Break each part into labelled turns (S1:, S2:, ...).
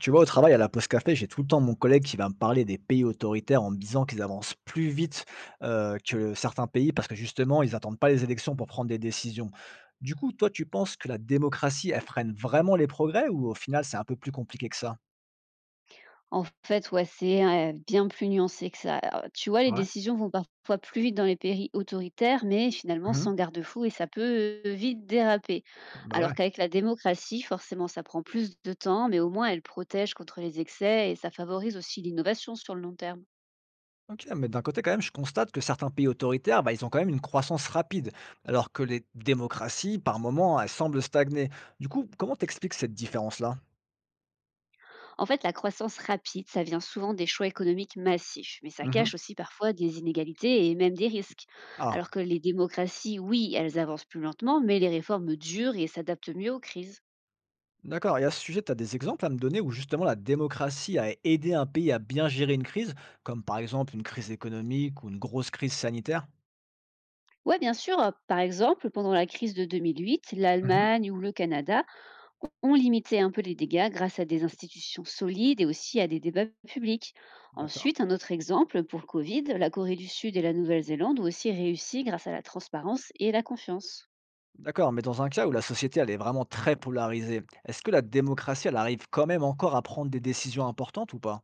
S1: Tu vois, au travail, à la pause café, j'ai tout le temps mon collègue qui va me parler des pays autoritaires en me disant qu'ils avancent plus vite que certains pays parce que justement, ils n'attendent pas les élections pour prendre des décisions. Du coup, toi, tu penses que la démocratie, elle freine vraiment les progrès ou au final, c'est un peu plus compliqué que ça?
S2: En fait, ouais, c'est, bien plus nuancé que ça. Tu vois, les
S1: Ouais.
S2: décisions vont parfois plus vite dans les pays autoritaires, mais finalement
S1: Mhm.
S2: sans garde-fou et ça peut, vite déraper.
S1: Bah
S2: Alors
S1: ouais.
S2: qu'avec la démocratie, forcément, ça prend plus de temps, mais au moins elle protège contre les excès et ça favorise aussi l'innovation sur le long terme.
S1: Ok, mais d'un côté, quand même, je constate que certains pays autoritaires, bah, ils ont quand même une croissance rapide, alors que les démocraties, par moments, elles semblent stagner. Du coup, comment t'expliques cette différence-là?
S2: En fait, la croissance rapide, ça vient souvent des choix économiques massifs, mais ça
S1: Mhm.
S2: cache aussi parfois des inégalités et même des risques.
S1: Ah.
S2: Alors que les démocraties, oui, elles avancent plus lentement, mais les réformes durent et s'adaptent mieux aux crises.
S1: D'accord. Et à ce sujet, tu as des exemples à me donner où justement la démocratie a aidé un pays à bien gérer une crise, comme par exemple une crise économique ou une grosse crise sanitaire?
S2: Oui, bien sûr. Par exemple, pendant la crise de 2008,
S1: Mhm.
S2: l'Allemagne ou le Canada ont limité un peu les dégâts grâce à des institutions solides et aussi à des débats publics.
S1: D'accord.
S2: Ensuite, un autre exemple, pour le Covid, la Corée du Sud et la Nouvelle-Zélande ont aussi réussi grâce à la transparence et la confiance.
S1: D'accord. Mais dans un cas où la société, elle est vraiment très polarisée, est-ce que la démocratie, elle arrive quand même encore à prendre des décisions importantes ou pas?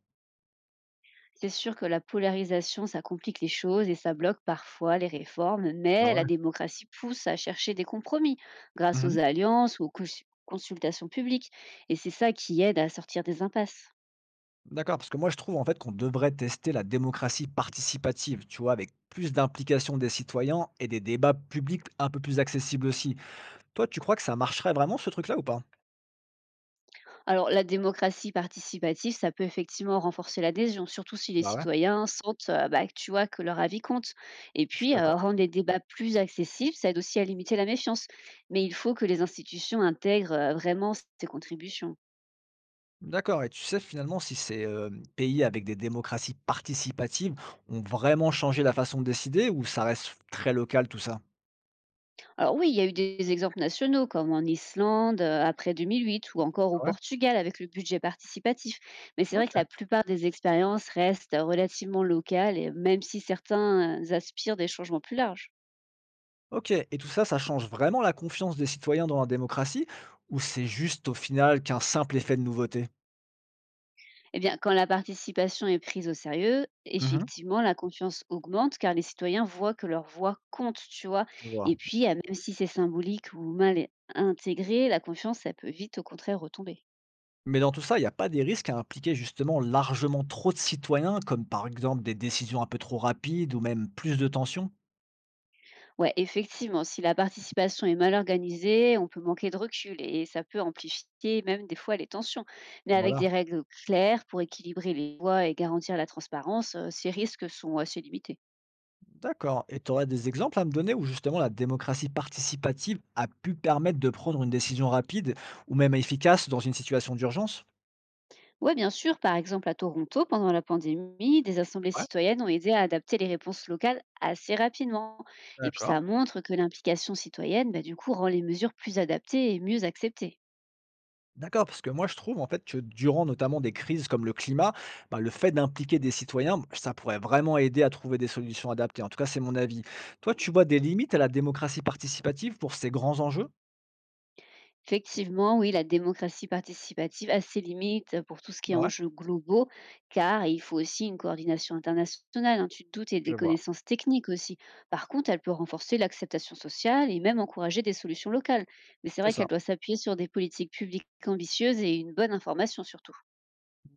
S2: C'est sûr que la polarisation, ça complique les choses et ça bloque parfois les réformes,
S1: Ah
S2: mais la
S1: ouais.
S2: démocratie pousse à chercher des compromis grâce aux
S1: Mhm.
S2: alliances ou aux consultations publiques. Et c'est ça qui aide à sortir des impasses.
S1: D'accord, parce que moi je trouve en fait qu'on devrait tester la démocratie participative, tu vois, avec plus d'implication des citoyens et des débats publics un peu plus accessibles aussi. Toi, tu crois que ça marcherait vraiment ce truc-là ou pas?
S2: Alors, la démocratie participative, ça peut effectivement renforcer l'adhésion, surtout si les
S1: Bah ouais,
S2: citoyens sentent bah, que tu vois, que leur avis compte. Et
S1: je suis
S2: puis,
S1: d'accord.
S2: rendre les débats plus accessibles, ça aide aussi à limiter la méfiance. Mais il faut que les institutions intègrent vraiment ces contributions.
S1: D'accord et tu sais finalement si ces, pays avec des démocraties participatives ont vraiment changé la façon de décider ou ça reste très local tout ça?
S2: Alors oui, il y a eu des exemples nationaux, comme en Islande après 2008, ou encore au
S1: Ouais,
S2: Portugal avec le budget participatif. Mais c'est vrai que
S1: OK.
S2: la plupart des expériences restent relativement locales, et même si certains aspirent des changements plus larges.
S1: OK et tout ça, ça change vraiment la confiance des citoyens dans la démocratie ou c'est juste au final qu'un simple effet de nouveauté?
S2: Eh bien, quand la participation est prise au sérieux,
S1: Mmh.
S2: effectivement, la confiance augmente car les citoyens voient que leur voix compte, tu vois.
S1: Je vois.
S2: Et puis, ah, même si c'est symbolique ou mal intégré, la confiance, ça peut vite, au contraire, retomber.
S1: Mais dans tout ça, il n'y a pas des risques à impliquer justement largement trop de citoyens comme par exemple des décisions un peu trop rapides ou même plus de tensions?
S2: Ouais, effectivement, si la participation est mal organisée, on peut manquer de recul et ça peut amplifier même des fois les tensions. Mais avec des
S1: Voilà.
S2: règles claires pour équilibrer les voix et garantir la transparence, ces risques sont assez limités.
S1: D'accord. Et tu aurais des exemples à me donner où justement la démocratie participative a pu permettre de prendre une décision rapide ou même efficace dans une situation d'urgence?
S2: Oui, bien sûr. Par exemple, à Toronto, pendant la pandémie, des assemblées
S1: Ouais.
S2: citoyennes ont aidé à adapter les réponses locales assez rapidement. Et puis,
S1: D'accord.
S2: ça montre que l'implication citoyenne, bah, du coup, rend les mesures plus adaptées et mieux acceptées.
S1: D'accord, parce que moi je trouve en fait que durant notamment des crises comme le climat, bah, le fait d'impliquer des citoyens, ça pourrait vraiment aider à trouver des solutions adaptées. En tout cas, c'est mon avis. Toi, tu vois des limites à la démocratie participative pour ces grands enjeux?
S2: Effectivement, oui, la démocratie participative a ses limites pour tout ce qui est
S1: Ouais,
S2: enjeux globaux, car il faut aussi une coordination internationale, hein, tu te doutes, et
S1: je
S2: des
S1: vois.
S2: connaissances techniques aussi. Par contre, elle peut renforcer l'acceptation sociale et même encourager des solutions locales. Mais c'est
S1: C'est
S2: vrai qu'elle
S1: ça.
S2: doit s'appuyer sur des politiques publiques ambitieuses et une bonne information surtout.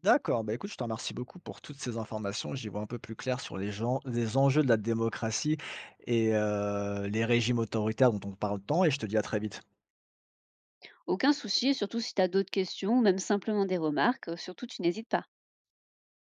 S1: D'accord, bah, écoute, je te remercie beaucoup pour toutes ces informations. J'y vois un peu plus clair sur les gens, les enjeux de la démocratie et les régimes autoritaires dont on parle tant, et je te dis à très vite.
S2: Aucun souci, surtout si tu as d'autres questions ou même simplement des remarques, surtout tu n'hésites pas.